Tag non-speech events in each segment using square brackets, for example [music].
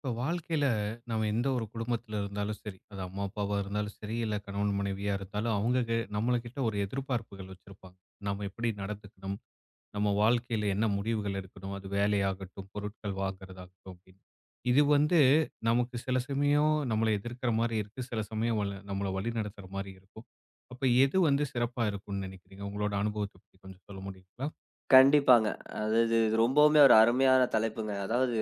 இப்போ வாழ்க்கையில் நம்ம எந்த ஒரு குடும்பத்தில் இருந்தாலும் சரி அது அம்மா அப்பாவாக இருந்தாலும் சரி இல்லை கணவன் மனைவியாக இருந்தாலும் அவங்க நம்மளுக்கிட்ட ஒரு எதிர்பார்ப்புகள் வச்சுருப்பாங்க. நம்ம எப்படி நடந்துக்கணும், நம்ம வாழ்க்கையில் என்ன முடிவுகள் எடுக்கணும், அது வேலையாகட்டும் பொருட்கள் வாங்குறதாகட்டும் அப்படின்னு. இது வந்து நமக்கு சில சமயம் நம்மளை எதிர்க்கிற மாதிரி இருக்குது, சில சமயம் நம்மளை வழி நடத்துகிற மாதிரி இருக்கும். அப்போ எது வந்து சிறப்பாக இருக்கும்னு நினைக்கிறீங்க? உங்களோட அனுபவத்தை பற்றி கொஞ்சம் சொல்ல முடியுங்களா? கண்டிப்பாங்க. அதாவது இது ரொம்பவுமே ஒரு அருமையான தலைப்புங்க. அதாவது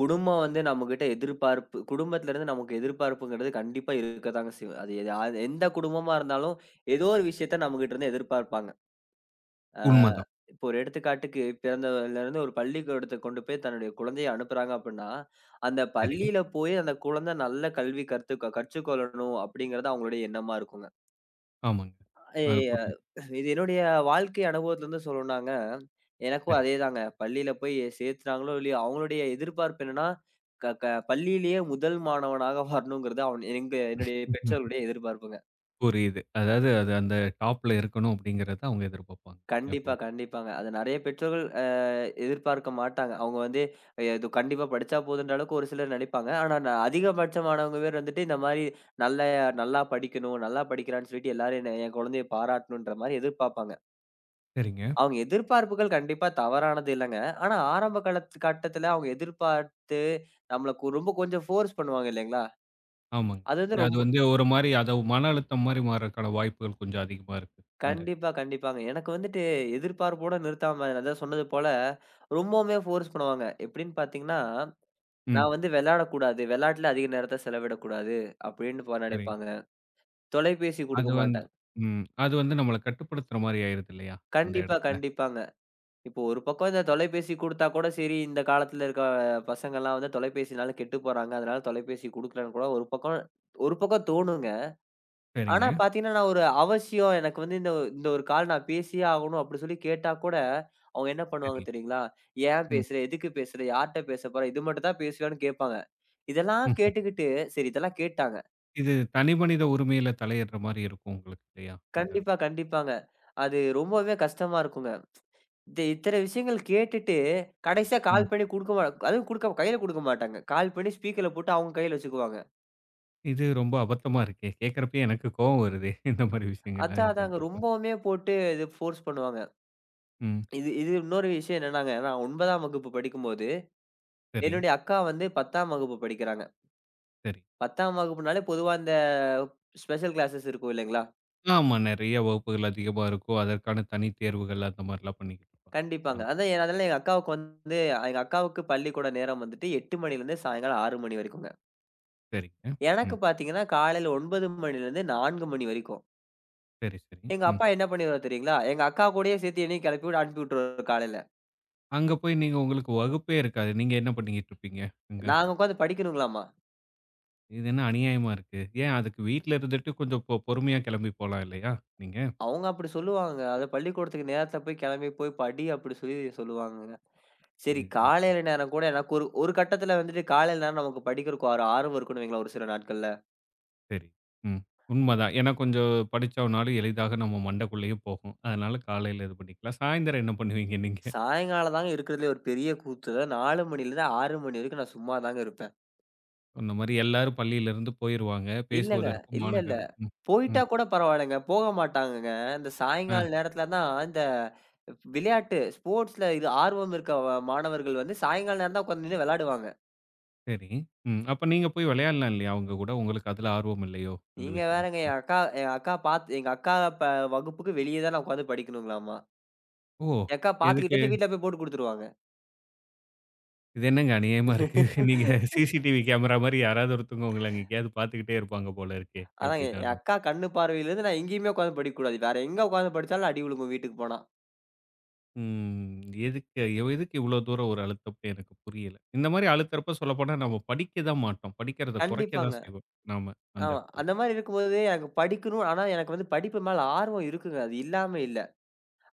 குடும்பம் வந்து நம்மகிட்ட எதிர்பார்ப்பு குடும்பத்திலருந்து நமக்கு எதிர்பார்ப்புங்கிறது கண்டிப்பா இருக்கத்தாங்க செய்யும். அது எது அது எந்த குடும்பமா இருந்தாலும், ஏதோ ஒரு விஷயத்த நம்மகிட்டருந்து எதிர்பார்ப்பாங்க. ஆ உண்மைதான். இப்போ ஒரு எடுத்துக்காட்டுக்கு பிறந்ததிலருந்து ஒரு பள்ளிக்கூடத்துக்கு கொண்டு போய் தன்னுடைய குழந்தைய அனுப்புறாங்க அப்டின்னா, அந்த சரிங்க. பள்ளியில போய் அந்த குழந்தை நல்ல கல்வி கற்று கற்றுக்கொள்ளணும் அப்டிங்கிறது அவங்களுடைய எண்ணமா இருக்குங்க. ஆமாங்க. அது ஏய் அ புரியுது. இது என்னுடைய வாழ்க்கை அனுபவத்துலருந்து சொல்லணும்னாங்க, எனக்கும் அதேதாங்க. பள்ளியில போய் சேர்த்துனாங்களோ, இல்லையோ அவங்களுடைய எதிர்பார்ப்பு என்னன்னா, க க பள்ளியிலேயே முதல் மாணவனாக [laughs] வரணுங்கிறது அவன் எங்க என்னுடைய சரி, பெற்றோர்களுடைய எதிர்பார்ப்புங்க. புரியுது. அதாவது அது அந்த டாப்ல இருக்கணும் அப்படிங்கிறத அவங்க எதிர்பார்ப்பாங்க கண்டிப்பா, எப்பவும். கண்டிப்பாங்க. அது நெறைய பெற்றோர்கள் எதிர்பார்க்க மாட்டாங்க. அவங்க வந்து இது கண்டிப்பா படிச்சா போதுன்ற அளவுக்கு ஒரு சிலர் நெனைப்பாங்க. ஆனா நான் அதிகபட்சமானவங்க பேர் வந்துட்டு இந்த மாரி நல்ல நல்லா படிக்கணும், நல்லா படிக்கிறான்னு சொல்லிட்டு எல்லாரும் என்ன என் குழந்தைய பாராட்டணுன்ற மாரி எதிர்பார்ப்பாங்க. சரிங்க. அவங்க எதிர்பார்ப்புகள் கண்டிப்பா தவறானது இல்லங்க. ஆனா ஆரம்ப காலத்து கட்டத்துல அவங்க எதிர்பார்த்து நம்மள ரொம்ப கொஞ்சம் ஃபோர்ஸ் பண்ணுவாங்க இல்லைங்களா? ஆமாங்க. அது வந்து அது ரொம்ப வந்து ஒரு மாரி அத மன அழுத்தம் மாரி மாறக்கான வாய்ப்புகள் கொஞ்சம் அதிகமா இருக்கு. அந்த இடத்துல. கண்டிப்பா, கண்டிப்பாங்க. எனக்கு வந்துட்டு எதிர்பார்ப்போட நிறுத்தாம அதான் சொன்னது போல ரொம்பவுமே ஃபோர்ஸ் பண்ணுவாங்க. எப்படின்னு பார்த்தீங்கன்னா, ம். நான் வந்து விளையாடக்கூடாது. விளையாட்டுல அதிக நேரத்த செலவிடக்கூடாது அப்படின்னு சரி. நினைப்பாங்க. தொலைபேசி அது குடுக்க வந்து மாட்டாங்க. ம். அது வந்து நம்மள கட்டுப்படுத்துற மாரி ஆயிருது இல்லையா? அந்த கண்டிப்பா, இடத்துல. கண்டிப்பாங்க. இப்போ ஒரு பக்கம் இந்த தொலைபேசி குடுத்தா கூட சரி, இந்த காலத்துல இருக்க பசங்கள்லாம் வந்து தொலைபேசினால கெட்டு போறாங்க. அதனால தொலைபேசி குடுக்கலன்னு கூட ஒரு பக்கம் ஒரு பக்கம் தோணுங்க. ஆனா சரிங்க. பாத்தீங்கன்னா, நான் ஒரு அவசியம் எனக்கு வந்து இந்த ஒரு கால் நான் பேசியே ஆகணும் அப்படி சொல்லி கேட்டா கூட, அவங்க என்ன பண்ணுவாங்க சரி. தெரியுங்களா? ஏன் ம். பேசுற? எதுக்கு பேசுற? யார்ட்ட பேசப் போற? இது மட்டும் தான் பேசுவியான்னு கேட்பாங்க. இதெல்லாம் ம். கேட்டுக்கிட்டு சரி இதெல்லாம் கேட்டாங்க. இது தனிமனித உரிமையில தலையிடுற மாரி இருக்கும் உங்களுக்கு இல்லையா? இந்த இடத்துல. கண்டிப்பா, கண்டிப்பாங்க. அது ரொம்பவே கஷ்டமா இருக்குங்க. இந்த இத்தன விஷயங்கள் கேட்டுட்டு, கடைசியா ம். கால் பண்ணி குடுக்க மா அதுவும் குடுக்க கையில குடுக்க மாட்டாங்க. கால் பண்ணி ஸ்பீக்கர்ல போட்டு அவங்க கையில வச்சுக்குவாங்க. இது ரொம்ப அபத்தமா இருக்கே! கேட்கிறப்பயே எனக்கு கோவம் வருதே! இந்த மாரி விஷயங்கள்லாம் அதான் இது அதாங்க பண்றப்ப. ரொம்பவுமே போட்டு இது ஃபோர்ஸ் பண்ணுவாங்க. ம். இது இது இன்னொரு விஷயம் என்னன்னாங்க, நான் 9ஆம் வகுப்பு படிக்கும்போது, சரி, என்னுடைய அக்கா வந்து 10ஆம் வகுப்பு படிக்கிறாங்க. சரி. 10ஆம் வகுப்புனாலே பொதுவா இந்த ஸ்பெஷல் கிளாஸஸ் இருக்கும் இல்லைங்களா? ஆமா. நெறைய வகுப்புகள் அதிகமா இருக்கும். அதற்கான தனி தேர்வுகள் அந்த மாரிலாம் பண்ணிக்கிட்டு இருப்பாங்க. கண்டிப்பாங்க. ம். அதான் அதனால எங்க அக்காவுக்கு பள்ளிக்கூட நேரம் வந்துட்டு 8 மணிலேருந்து சாயங்காலம் 6 மணி வரைக்குங்க. சரிங்க. எனக்கு ம். பாத்தீங்கன்னா, காலையில 9 மணிலேருந்து 4 மணி வரைக்கும். சரி, சரி. எங்க ம். அப்பா என்ன பண்ணிருவாரு தெரியுங்களா? எங்க அக்கா கூடயே சேர்த்து என்னையும் கிளப்பி விட்டு அனுப்பி விட்டுருவாரு காலையில. அங்க போய் நீங்க உங்களுக்கு வகுப்பே இருக்காது. நீங்க என்ன பண்ணிக்கிட்டு இருப்பீங்க அங்க? நாங்க உட்காந்து படிக்கணுங்களாமா. இது என்ன அநியாயமா இருக்கு. ஏன் அதுக்கு வீட்ல இருந்துட்டு கொஞ்சம் பொறுமையா கெளம்பி போலாம் இல்லையா? நீங்க. அவங்க அப்படி சொல்லுவாங்க. அது பள்ளிக்கூடத்துக்கு நேரத்துல போய் கிளம்பி போய் படி அப்படி சொல்லி சொல்லுவாங்கங்க. சரி இது- காலையில நேரம் கூட எனக்கு ஒரு ஒரு கட்டத்துல வந்துட்டு காலையில நேரம் நமக்கு படிக்கிறக்கு ஒரு ஆர்வம் இருக்கும்னு வைங்களேன் ஒரு சில நாட்கள்ல. சரி. ம். உண்மதான். ஏன்னா கொஞ்சம் படிச்சோம்னாலும் எளிதாக நம்ம மண்டைக்குள்ளேயும் போகும். அதனால காலையில இது பண்ணிக்கலாம். சாயந்தரம் என்ன பண்ணுவீங்க நீங்க? சாயங்காலம் தாங்க இருக்கிறதுலயே ஒரு பெரிய கூத்து. 4 மணிலேருந்து 6 மணி வரைக்கும் நான் சும்மா தாங்க இருப்பேன். சொன்ன மாரி எல்லாரும் பள்ளியிலிருந்து போயிருவாங்க. இல்லங்க. பேசுவதற்கும் இல்ல, இல்ல. மாணவர்கள் ம். போயிட்டா ம். கூட பரவாயில்லங்க. போக மாட்டாங்கங்க. இந்த சாயங்கால நேரத்துல தான் இந்த விளையாட்டு ஸ்போர்ட்ஸ்ல இது ஆர்வம் இருக்க மாணவர்கள் வந்து சாயங்கால நேரம் தான் உட்காந்து நின்னு விளையாடுவாங்க. சரி. ம். அப்ப நீங்க போய் விளையாடலாம் இல்லையா அவங்க கூட? உங்களுக்கு அதுல ஆர்வம் இல்லையோ? அந்த நீங்க விஷயங்கள். வேறங்க என் அக்கா பாத்து எங்க அக்கா ப வகுப்புக்கு வெளிய தான் நான் உட்காந்து படிக்கணுங்களாமா. ஓ! என் அக்கா எதுக்கு? பாத்துக்கிட்டே இருந்து வீட்ல போய் போட்டு குடுத்துருவாங்க. இது என்னங்க அநியாயமா இருக்கு. [laughs] நீங்க [laughs] சிசிடிவி கேமரா மாரி யாராவது ஒருத்தவங்க உங்கள எங்கேயாவது பார்த்துக்கிட்டே இருப்பாங்க போல இருக்கே! அதாங்க என் எப்படின்னாலும். அக்கா கண்ணு பார்வையிலிருந்து நான் எங்கேயுமே உட்காந்து படிக்கக்கூடாது. வேற எங்க உட்காந்து படிச்சாலும் அடி விழுங்கும் வீட்டுக்கு போனா. ம். எதுக்கு இவ்வளோ தூரம் ஒரு அழுத்தம்னு எனக்கு புரியல. இந்த மாரி அழுத்தறப்ப சொல்லப்போனா நம்ம படிக்க தான் மாட்டோம். படிக்கிறத குறைக்க கண்டிப்பாங்க. தான் செய்வோம். நாம அந்த ஆமா. இடத்துல. அந்த மாரி இருக்கும்போது எனக்கு படிக்கணும். ஆனா எனக்கு வந்து படிப்பு மேல ஆர்வம் இருக்குங்க. அது இல்லாம இல்ல.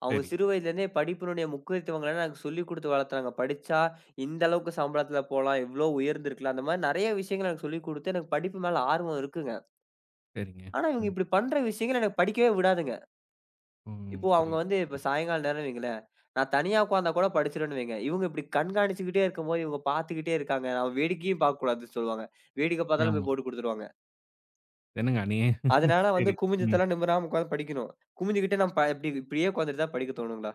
அவங்க சரி, சிறு வயதிலேருந்தே படிப்பினுடைய முக்கியத்துவங்கள எனக்கு சொல்லிக் குடுத்து வளர்த்தாங்க. படிச்சா இந்த அளவுக்கு சம்பளத்தில போலாம், இவ்ளோ உயர்ந்திருக்கலாம். அந்த மாரி நெறைய விஷயங்கள் எனக்கு சொல்லிக் குடுத்து, எனக்கு படிப்பு மேல ஆர்வம் இருக்குங்க. சரிங்க. ஆனா இவங்க ம். இப்டி பண்ற விஷயங்கள எனக்கு படிக்கவே விடாதுங்க. ம். இப்போ அவங்க புரியுது. வந்து இப்ப சாயங்கால நேரம்னு வைங்களேன், நான் தனியா உட்கார்ந்தா கூட படிச்சிருவேன்னு வைங்க. இவங்க இப்டி கண்காணிச்சுக்கிட்டே இருக்கும்போது, இவங்க பார்த்துக்கிட்டே இருக்காங்க. நான் வேடிக்கையும் பார்க்கக்கூடாதுன்னு சொல்லுவாங்க. வேடிக்கை பார்த்தாலும் ஆமா. போய் போட்டு குடுத்துருவாங்க. என்னங்க அநியாயம். [laughs] அதனால வந்து சரி. குமிஞ்சு ம். தல நிமிராம உட்கார்ந்து படிக்கணும். குமிஞ்சுகிட்டே நான் இப்டி இப்டியே உட்கார்ந்துட்டு தான் படிக்க தோணுங்களா?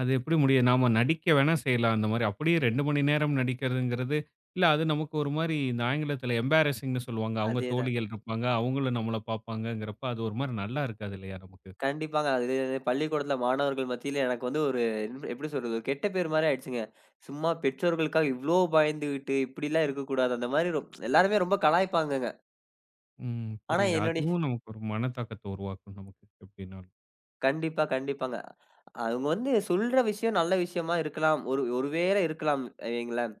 அது எப்படி முடியும்? நாம நடிக்க வேணா செய்யலாம் அந்த மாரி. அப்படியே 2 மணி நேரம் நடிக்கிறதுங்கிறது, இல்ல அது நமக்கு ஒரு மாரி இந்த ஆங்கிலத்தில எம்பாரசிங்ன்னு சொல்லுவாங்க. அவங்க அதேதாங்க. தோழிகள் இருப்பாங்க. அவங்களும் நம்மள பார்ப்பாங்கங்கிறப்ப, அது ஒரு மாரி நல்லா இருக்காது இல்லையா நமக்கு? கண்டிப்பாங்க. அது பள்ளிக்கூடத்தில மாணவர்கள் மத்தியில எனக்கு வந்து ஒரு எப்படி சொல்றது? ஒரு கெட்ட பேர் மாரி ஆயிடுச்சுங்க. சும்மா பெற்றோர்களுக்காக இவ்ளோ பயந்துகிட்டு, இப்படிலாம் இருக்கக்கூடாது. அந்த மாரி எல்லாருமே ரொம்ப கலாய்ப்பாங்கங்க. ம், ஆனா புரியுது. என்னுடைய அதுவும் நமக்கு ஒரு மனத்தாக்கத்த உருவாக்கும் நமக்கு எப்படின்னாலும். கண்டிப்பா, கண்டிப்பாங்க. அவங்க வந்து சொல்ற விஷயம் நல்ல விஷயமா இருக்கலாம். ஒருவேளை இருக்கலாம் வைங்களேன்.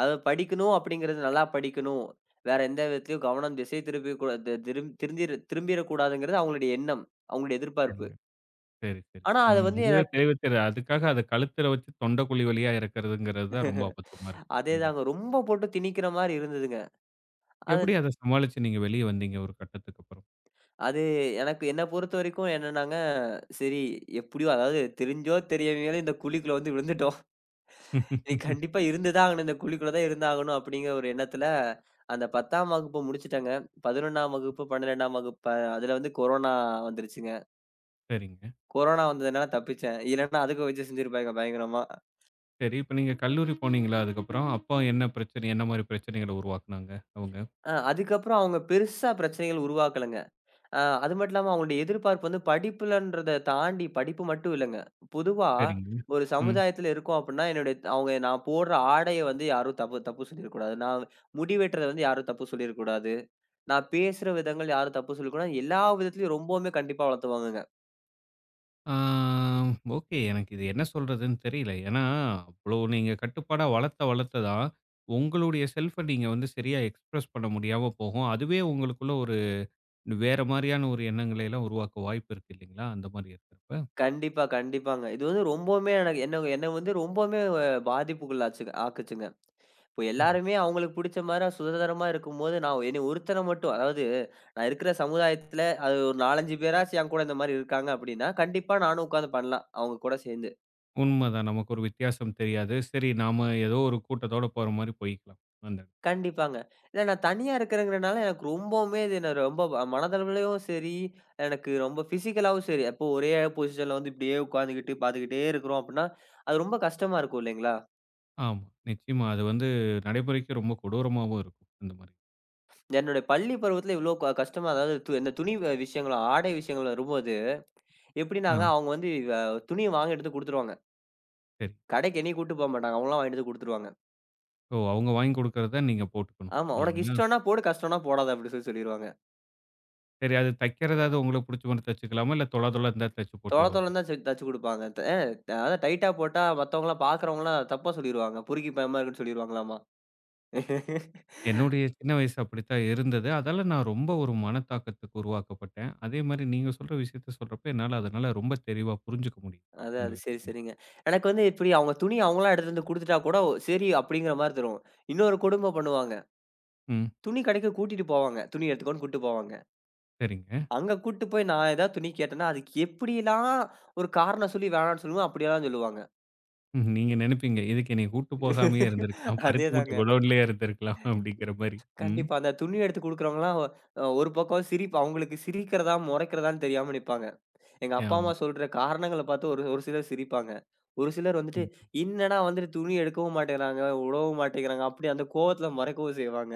அத படிக்கணும் அப்படிங்கிறது நல்லா படிக்கணும். வேற எந்த விதத்திலயும் கவனம் திசை திருப்பி கூட தி திரும் திருந்திர திரும்பிறக்கூடாதுங்கிறது அவங்களுடைய எண்ணம். அவங்களுடைய எதிர்பார்ப்பு. சரிங்க. சரி, சரி. ஆனா அத ம், வந்து அதுவே எனக்கு தெளிவா தெரியுது. அதுக்காக அத கழுத்துல வச்சு தொண்டைக்குழி வழியா இறக்கிறதுங்கிறது தான் ரொம்ப அபத்தமா இருக்கு. அந்த அதேதாங்க. ரொம்ப போட்டு திணிக்கிற மாரி இருந்ததுங்க. அது எப்படி அத சமாளிச்சு நீங்க வெளிய வந்தீங்க ஒரு கட்டத்துக்கு அப்புறம்? அது எனக்கு என்ன பொறுத்த வரைக்கும் என்னன்னாங்க, சரி எப்படியோ அதாவது தெரிஞ்சோ தெரியாமையோ இந்த குழிக்குள்ள வந்து விழுந்துட்டோம். இது [laughs] கண்டிப்பா இருந்துதான் ஆகணும். இந்த குழிக்குள்ள தான் இருந்தாகணும் அப்படிங்கிற ஒரு எண்ணத்துல, அந்த 10ஆம் வகுப்பு முடிச்சுட்டேங்க. 11ஆம் வகுப்பு, 12ஆம் வகுப்பு அதுல வந்து கொரோனா வந்துருச்சுங்க. சரிங்க. கொரோனா வந்ததுனால தப்பிச்சேன். இல்லன்னா அதுக்கு வச்சு செஞ்சிருப்பாங்க பயங்கரமா. சரி. இப்ப நீங்க கல்லூரி போனீங்களா அதுக்கப்புறம்? அப்போ என்ன பிரச்சனை? என்ன மாரி பிரச்சனைகள உருவாக்குனாங்க அவங்க? அதுக்கப்புறம் அவங்க பெருசா பிரச்சனைகள் உருவாக்கலங்க. அது மட்டும் இல்லாம அவங்களுடைய எதிர்பார்ப்பு வந்து படிப்புலன்றத தாண்டி படிப்பு மட்டும் இல்லங்க. பொதுவா சரிங்க. ஒரு ம். சமுதாயத்துல இருக்கோம் அப்டின்னா, என்னுடைய அவங்க நான் போடுற ஆடைய வந்து யாரும் தப்பு தப்பு சொல்லிறக்கூடாது. நான் முடி வெட்டுறத வந்து யாரும் தப்பு சொல்லிறக்கூடாது. நான் பேசுற விதங்கள் யாரும் தப்பு சொல்லக்கூடாது. எல்லா விதத்துலயும் ரொம்பவுமே கண்டிப்பா வளர்த்துவாங்கங்க. ஆ ஓகே. எனக்கு இது என்ன சொல்றதுன்னு தெரியல. ஏன்னா, அவ்ளோ நீங்க கட்டுப்பாடா வளர்த்த வளர்த்த தான், உங்களுடைய செல்ஃப நீங்க வந்து சரியா எக்ஸ்பிரஸ் பண்ண முடியாம போகும். அதுவே உங்களுக்குள்ள ஒரு வேற மாரியான ஒரு எண்ணங்களை எல்லாம் உருவாக்க வாய்ப்பு இருக்கு இல்லைங்களா? அந்த மாரி இருக்கிறப்ப. கண்டிப்பா, கண்டிப்பாங்க. இது வந்து ரொம்பவுமே எனக்கு என்ன என்ன வந்து ரொம்பவுமே ஆக்குச்சுங்க. இப்போ சரி. எல்லாருமே அவங்களுக்கு புடிச்ச மாரி சுதந்திரமா இருக்கும்போது, நான் என்னைய ஒருத்தன மட்டும் அதாவது நான் இருக்கிற சமுதாயத்துல அது ஒரு 4, 5 பேராச்சும் என் கூட இந்த மாரி இருக்காங்க அப்படின்னா, கண்டிப்பா நானும் உட்காந்து பண்ணலாம். அவங்க கூட சேர்ந்து. உண்மதான். நமக்கு ஒரு வித்தியாசம் தெரியாது. சரி, நாம ஏதோ ஒரு கூட்டத்தோட போற மாரி போய்க்கலாம். அந்த கண்டிப்பாங்க. இல்ல நான் தனியா இருக்கிறேங்கிறனால எனக்கு ரொம்பவுமே இது என்ன ரொம்ப மனதளவுலயும் சரி, எனக்கு ரொம்ப பிசிக்கலாவும் சரி, அப்போ ஒரே பொசிஷன்ல வந்து இப்படியே உட்காந்துக்கிட்டு பார்த்துக்கிட்டே இருக்கிறோம் அப்படின்னா, அது ரொம்ப கஷ்டமா இருக்கும் இல்லைங்களா? ஆமா. நிச்சயமா. அது வந்து நடைமுறைக்கு ரொம்ப கொடூரமாவும் இருக்கும். அந்த மாரி. என்னுடைய பள்ளி பருவத்துல இவ்வளோ கஷ்டமா அதாவது இந்த துணி விஷயங்களும், ஆடை விஷயங்களும் ரொம்ப ஆ, எப்படின்னாங்க, அவங்க வந்து துணிய வாங்க எடுத்து குடுத்துருவாங்க. சரி. கடைக்கு என்னைய கூட்டு போ மாட்டாங்க. அவங்கலாம் வாங்கிட்டு வந்து குடுத்துருவாங்க. ஓ! அவங்க வாங்கி குடுக்கறத நீங்க போட்டுக்கணும். ஆமா, "உனக்கு இல்லைங்களா? இஷ்டம்னா போடு, கஷ்டம்னா போடாத" அப்படி சொல்லி சொல்லிருவாங்க. சரி, அது தைக்கிறது ஏதாவது உங்களுக்கு புடிச்ச மாரி தச்சுக்கலாமா? இல்ல தொல தொல இருந்தா தச்சு போட்டு தொல விடுவாங்க. தொலன்னு தான் தச்சு தச்சு குடுப்பாங்க. த அ அதான் டைட்டா போட்டா மத்தவங்கலாம் பாக்குறவங்கலாம் தப்பா சொல்லிருவாங்க. பொறுக்கி பயமா இருக்குன்னு சொல்லிருவாங்களாமா. என்னுடைய சின்ன வயசு அப்படித்தான் இருந்தது. அதால நான் ரொம்ப ஒரு மனத்தாக்கத்துக்கு உருவாக்கப்பட்டேன். அதே மாரி நீங்க சொல்ற விஷயத்த சொல்றப்ப என்னால அதனால ரொம்ப தெளிவா புரிஞ்சுக்க முடியுது. அதான் அந்த அது சரி, விஷயம். சரிங்க. எனக்கு வந்து இப்படி அவங்களா எடுத்துட்டு வந்து குடுத்துட்டா கூட ஓ, சரி அப்படிங்கிற மாரி தரும். இன்னொரு கொடும பண்ணுவாங்க. ம். துணி கடைக்கு கூட்டிட்டு போவாங்க. துணி எடுத்துக்கோன்னு கூட்டு போவாங்க. சரிங்க. அங்க கூட்டு போய் நான் ஏதாவது துணி கேட்டேன்னா, அதுக்கு எப்படிலாம் ஒரு காரணம் சொல்லி வேணான்னு சொல்லுவேனோ, அப்படியெல்லாம் சொல்லுவாங்க. ம். நீங்க நெனைப்பீங்க. இதுக்கு என்னைய கூட்டு போகாமயே இருந்திருக்கலாம். பருத்தி மூட்டை அதேதாங்க. குடோன்லயே இருந்திருக்கலாம் அப்படிங்கிற மாரி. ம். கண்டிப்பா. அந்த துணி எடுத்து குடுக்குறவங்கலாம் ஒரு பக்கம் சிரிப்பு அவங்களுக்கு சிரிக்கிறதா, மொறைக்கிறதான்னு தெரியாம நிப்பாங்க. எங்க அப்பா, ஆமா. அம்மா சொல்ற காரணங்கள பார்த்து ஒரு ஒரு சிலர் சிரிப்பாங்க. ஒரு சிலர் வந்துட்டு, என்னடா வந்துட்டு துணி எடுக்கவும் மாட்டேங்கிறாங்க, உடவும் மாட்டேங்கிறாங்க, அப்படி அந்த கோவத்துல மறைக்கவும் செய்வாங்க.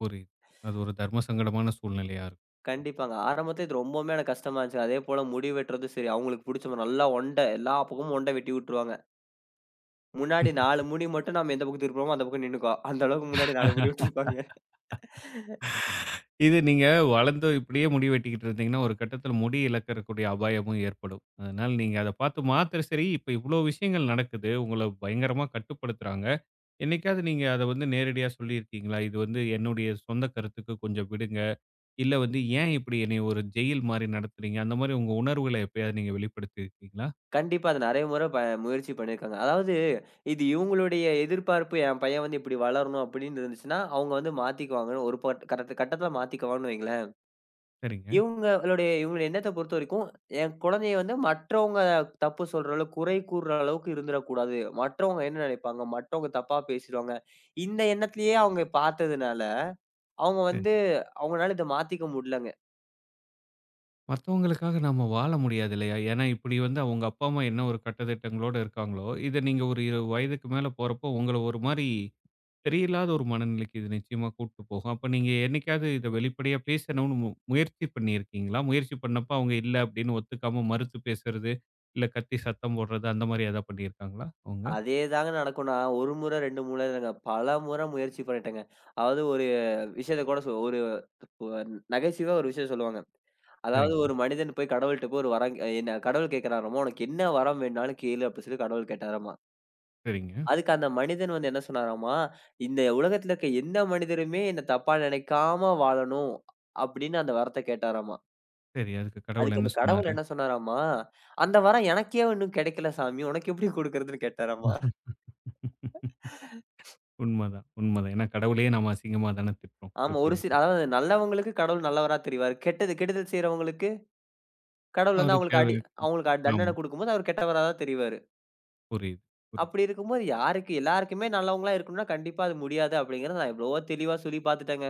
புரியுது. அது ஒரு தர்ம சங்கடமான சூழ்நிலையா இருக்கும். கண்டிப்பாங்க. ஆரம்பத்துல இது ரொம்பவுமே எனக்கு கஷ்டமா இருந்துச்சு. அதேபோல முடி வெட்டுறதும் சரி, அவங்களுக்கு புடிச்ச மாரி நல்லா ஒண்ட எல்லா பக்கமும் ஒண்ட வெட்டி விட்டுருவாங்க. முன்னாடி 4 முடி மட்டும் நம்ம எந்த பக்கம் திருப்புறோமோ அந்த பக்கம் நின்னுக்கும். அந்த அளவுக்கு முன்னாடி 4 முடி விட்டுருப்பாங்க. இது நீங்க வளர்ந்து இப்படியே முடி வெட்டிக்கிட்டு இருந்தீங்கன்னா, ஒரு கட்டத்தில முடி இழக்கக்கூடிய அபாயமும் ஏற்படும். அதனால நீங்க அத பார்த்து மாத்திர சரி, இப்ப இவ்வளோ விஷயங்கள் நடக்குது. உங்கள பயங்கரமா கட்டுப்படுத்துறாங்க. என்னைக்காவது நீங்க அத வந்து நேரடியா சொல்லியிருக்கீங்களா? இது வந்து என்னுடைய சொந்த கருத்துக்கு கொஞ்சம் விடுங்க. இல்ல வந்து ஏன் இப்படி என்னைய ஒரு ஜெயில் மாரி நடத்துறீங்க? அந்த மாரி உங்க உணர்வுகள எப்பயாவது நீங்க வெளிப்படுத்தியிருக்கீங்களா? கண்டிப்பா. அத நெறைய முறை முயற்சி பண்ணியிருக்காங்க. அதாவது இது இவங்களுடைய எதிர்பார்ப்பு என் பையன் வந்து இப்படி வளரணும் அப்படின்னு இருந்துச்சுன்னா, அவங்க வந்து மாத்திக்குவாங்கன்னு ஒரு பட் கட்டத் கட்டத்துல மாத்திக்குவாங்கன்னு வைங்களேன். சரிங்க. இவங்களுடைய இவங்களுடைய எண்ணத்த பொறுத்தவரைக்கும், என் குழந்தைய வந்து மற்றவங்க தப்பு சொல்ற அளவுக்கு, குறை கூறுற அளவுக்கு இருந்துறக்கூடாது. மற்றவங்க என்ன நினைப்பாங்க? மற்றவங்க தப்பா பேசிருவாங்க. இந்த எண்ணத்திலேயே அவங்க பார்த்ததுனால, அவங்க சரி. வந்து அவங்கனால இத மாத்திக்க முடியலங்க. மத்தவங்களுக்காக நாம வாழ முடியாது இல்லையா? ஏன்னா, இப்படி வந்து அவங்க அப்பா, அம்மா என்ன ஒரு கட்டதிட்டங்களோட இருக்காங்களோ, இத நீங்க ஒரு 20 வயதுக்கு மேல போறப்போ, உங்கள ஒரு மாரி சரியில்லாத ஒரு மனநிலைக்கு இது நிச்சயமா கூட்டு போகும். அப்ப நீங்க என்னைக்காவது இத வெளிப்படையா பேசணும்னு முயற்சி பண்ணியிருக்கீங்களா? முயற்சி பண்ணப்ப அவங்க இல்ல அப்படின்னு ஒத்துக்காம மறுத்து பேசுறது, இல்ல கத்தி சத்தம் போடுறது அந்த மாரி எதா பண்ணியிருக்காங்களா அவங்க? அதேதாங்க நடக்கும். நான் 1 முறை, 2 முறை இல்லங்க. பலமுறை முயற்சி பண்ணிட்டேங்க. அதாவது ஒரு விஷயத்த கூட சொ ஒரு நகைச்சுவையா ஒரு விஷயம் சொல்லுவாங்க. அதாவது சரிங்க, ஒரு மனிதன் போய் கடவுள்ட்ட போய் ஒரு வரம் என்ன கடவுள் கேட்கிறாராமா, "உனக்கு என்ன வரம் வேணும்னாலும் கேளு" அப்படின்னு சொல்லி கடவுள் கேட்டாராமா. சரிங்க. அதுக்கு அந்த மனிதன் வந்து என்ன சொன்னாராமா, "இந்த உலகத்துல இருக்க எந்த மனிதருமே என்ன தப்பா நினைக்காம வாழணும்" அப்படின்னு அந்த வரத்த கேட்டாராமா. சரி, அதுக்கு கடவுள் அதுக்கு என்ன அந்த கடவுள் சொன்னாரு? என்ன சொன்னாராமா, "அந்த வரம் எனக்கே இன்னும் கிடைக்கல சாமி. உனக்கு எப்படி குடுக்கறதுன்னு" கேட்டாராமா. [laughs] உண்மதான், உண்மதான். ஏன்னா கடவுளையே நாம அசிங்கமா தான திட்டுறோம் ஆமா. ஒரு எப்படின்னு. சில அதாவது நல்லவங்களுக்கு கடவுள் நல்லவரா தெரிவாரு. கெட்டது கெடுதல் செய்றவங்களுக்கு, கடவுள் வந்து அவரு தேவ அவங்களுக்கு ஆமா. தண்டனை குடுக்கும்போது, அவர் கெட்டவரா தான் தெரிவாரு. புரியுது, புரியுது. அப்படி இருக்கும்போது யாருக்கு எல்லாருக்குமே நல்லவங்களா இருக்கணும்னா, கண்டிப்பா அது முடியாது அப்படிங்கிறத நான் எவ்வளவோ தெளிவா சொல்லி பார்த்துட்டேங்க.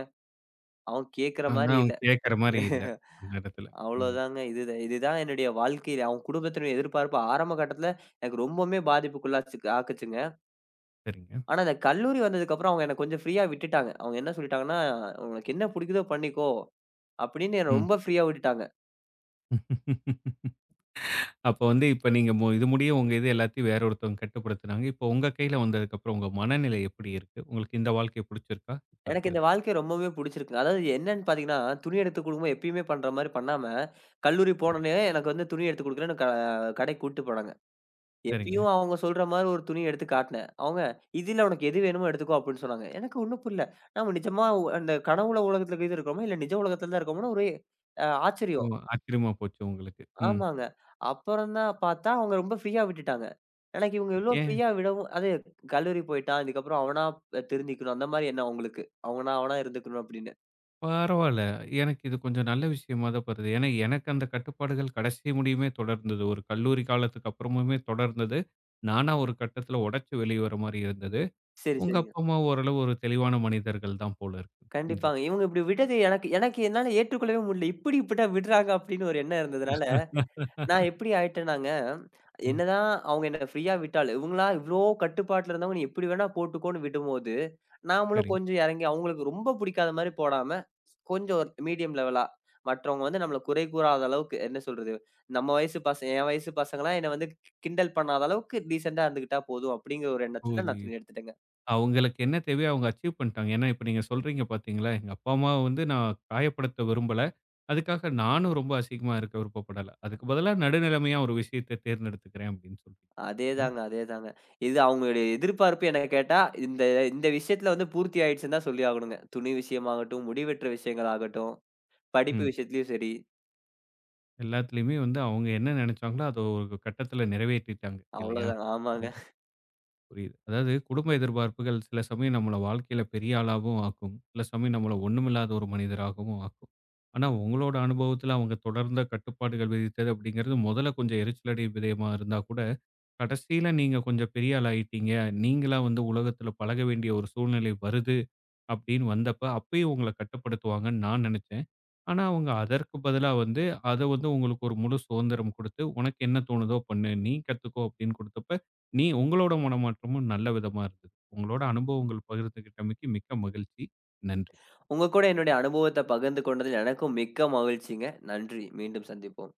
அவங்க கேட்கிற ஆனா மாரி அவங்க இல்ல. கேட்கிற மாரி இல்ல. [laughs] அந்த இடத்துல. ம். அவ்வளோதாங்க. இதுதான் என்னுடைய வாழ்க்கையில அவங்க குடும்பத்தினுடைய எதிர்பார்ப்பு ஆரம்ப கட்டத்துல எனக்கு ரொம்பவுமே ஆக்குச்சுங்க. சரிங்க. ஆனா இந்த கல்லூரி வந்ததுக்கப்புறம் அவங்க என்ன கொஞ்சம் ஃப்ரீயா விட்டுட்டாங்க. அவங்க என்ன சொல்லிட்டாங்கன்னா, "உனக்கு என்ன புடிக்குதோ பண்ணிக்கோ" அப்படின்னு என்ன ம். ரொம்ப ஃப்ரீயா விட்டுட்டாங்க. அப்ப வந்து இப்ப நீங்க இது முடிய உங்க இது எல்லாத்தையும் வேற ஒருத்தவங்க கட்டுப்படுத்துனாங்க. இப்ப உங்க கையில வந்ததுக்கப்புறம் உங்க மனநிலை எப்படி இருக்கு? உங்களுக்கு இந்த வாழ்க்கை புடிச்சிருக்கா? இப்ப எனக்கு இந்த இருக்கிறது. வாழ்க்கை ரொம்பவே புடிச்சிருக்குங்க. அதாவது என்னன்னு பார்த்தீங்கன்னா, துணி எடுத்து குடுக்கும்போது எப்பயுமே பண்ற மாரி பண்ணாம, கல்லூரி சரி. போனோனே எனக்கு வந்து துணி எடுத்து குடுக்குறேன்னு கடைக்கு கூட்டிட்டு போனாங்க. சரிங்க. எப்பயும் அவங்க சொல்ற மாரி ஒரு துணி எடுத்து காட்னேன். அவங்க, "இதுல உனக்கு எது வேணுமோ எடுத்துக்கோ" அப்படின்னு சொன்னாங்க. எனக்கு ஒண்ணும் புரியல. நம்ம நிஜமா அந்த கனவுல உலகத்துல இது இருக்கோமா? இல்ல நிஜ உலகத்துல தான் இருக்கோமான்னு ஒரே ஓ! ஆச்சரியம். ஆச்சரியமா போச்சு உங்களுக்கு. ம். ஆமாங்க. அப்புறம் தான் பார்த்தா அவங்க ரொம்ப ஃப்ரீயா விட்டுட்டாங்க. எனக்கு இவங்க இவ்ளோ ஏன்? ஃப்ரீயா விடவும் அது கல்லூரி போய்ட்டான். இதுக்கப்புறம் அவனா திருந்திக்கணும். அந்த மாரி எண்ணம் அவங்களுக்கு. அவனா அவனா இருந்துக்கணும் அப்படின்னு. பரவால்ல. எனக்கு இது கொஞ்சம் நல்ல விஷயமா தான் படுது. ஏன்னா எனக்கு அந்த கட்டுப்பாடுகள் கடைசி முடியுமே தொடர்ந்தது. ஒரு கல்லூரி காலத்துக்கு அப்புறமுமே தொடர்ந்தது. நானா ஒரு கட்டத்துல உடைச்சு வெளிய வர மாரி இருந்தது. சரி, உங்க சரிங்க. அப்பா, அம்மா ஓரளவு ஒரு தெளிவான மனிதர்கள் தான் போல இருக்கு. இந்த கண்டிப்பாங்க. இவங்க இப்படி விட்டது எனக்கு எனக்கு என்னால ஏற்றுக்கொள்ளவே முடியல. இப்படி இப்படிட்டா விடுறாங்க அப்படின்னு ஒரு எண்ணம் இருந்ததுனால, நான் எப்படி ஆயிட்டேனாங்க, ம். என்னதான் அவங்க என்ன ஃப்ரீயா விட்டாலும், இவங்களா இவ்ளோ கட்டுப்பாட்டுல இருந்தவங்க, "நீ எப்படி வேணா போட்டுக்கோன்னு" விடும்போது, நாமளும் சரி. கொஞ்சம் இறங்கி அவங்களுக்கு ரொம்ப பிடிக்காத மாரி போடாம, கொஞ்சம் ஒரு மீடியம் லெவலா, மற்றவங்க வந்து நம்மள குறை கூறாத அளவுக்கு, என்ன சொல்றது, நம்ம வயசு பசங்க என் வயசு பசங்கலாம் என்ன வந்து கிண்டல் பண்ணாத அளவுக்கு டீசென்ட்டா இருந்துக்கிட்டா போதும் அப்படிங்கிற ஒரு எண்ணத்துல நான் புரியுது. துணி எடுத்துட்டேங்க. அவங்களுக்கு என்ன தேவையோ அவங்க அச்சீவ் பண்ணிட்டாங்க. ஏன்னா, இப்ப நீங்க சொல்றீங்க பார்த்தீங்களா, எங்க அப்பா, அம்மாவ வந்து நான் காயப்படுத்த விரும்பல. அதுக்காக நானும் ரொம்ப அசிங்கமா இருக்க விருப்பப்படல. அதுக்கு பதிலா நடுநிலைமையா ஒரு விஷயத்த தேர்ந்தெடுத்துக்கிறேன் அப்படின்னு சொல்றீங்க. இல்லையா? அதேதாங்க, அதேதாங்க. இது அவங்களுடைய எதிர்பார்ப்பு என்ன கேட்டா, இந்த இந்த விஷயத்துல வந்து பூர்த்தி ஆயிடுச்சுன்னு தான் சொல்லி ஆகணுங்க. துணி விஷயமாகட்டும், முடிவற்ற விஷயங்கள் ஆகட்டும், படிப்பு ம். விஷயத்திலயும் சரி. எல்லாத்துலயுமே வந்து அவங்க என்ன நினைச்சாங்களோ, அத ஒரு கட்டத்துல நிறைவேத்திட்டாங்க. இல்லையா? அவ்வளோதான். ஆமாங்க. புரியுது. அதாவது குடும்ப எதிர்பார்ப்புகள் சில சமயம் நம்மள வாழ்க்கையில பெரிய ஆளாவும் ஆக்கும். சில சமயம் நம்மள ஒண்ணுமில்லாத ஒரு மனிதராகவும் ஆக்கும். ஆனா உங்களோட அனுபவத்துல அவங்க தொடர்ந்த கட்டுப்பாடுகள் விதித்தது அப்படிங்கிறது முதல்ல கொஞ்சம் எரிச்சலடை விதயமா இருந்தா கூட, கடைசியில நீங்க கொஞ்சம் பெரிய ஆள் ஆயிட்டீங்க. நீங்களா வந்து உலகத்துல பழக வேண்டிய ஒரு சூழ்நிலை வருது அப்படின்னு வந்தப்ப, அப்பயும் உங்கள கட்டுப்படுத்துவாங்கன்னு நான் நினைச்சேன். ஆனா, அவங்க அதற்கு பதிலா வந்து, அத வந்து உங்களுக்கு ஒரு முழு சுதந்திரம் குடுத்து, "உனக்கு என்ன தோணுதோ பண்ணு. நீ கத்துக்கோ" அப்படின்னு குடுத்தப்ப, நீ உங்களோட மனமாற்றமும் நல்ல விதமா இருந்தது. உங்களோட அனுபவங்கள் பகிர்ந்துகிட்டமைக்கு மிக்க மகிழ்ச்சி. நன்றி. உங்க கூட என்னுடைய அனுபவத்த பகிர்ந்து கொண்டதில் எனக்கும் மிக்க மகிழ்ச்சிங்க. நன்றி. மீண்டும் சந்திப்போம்.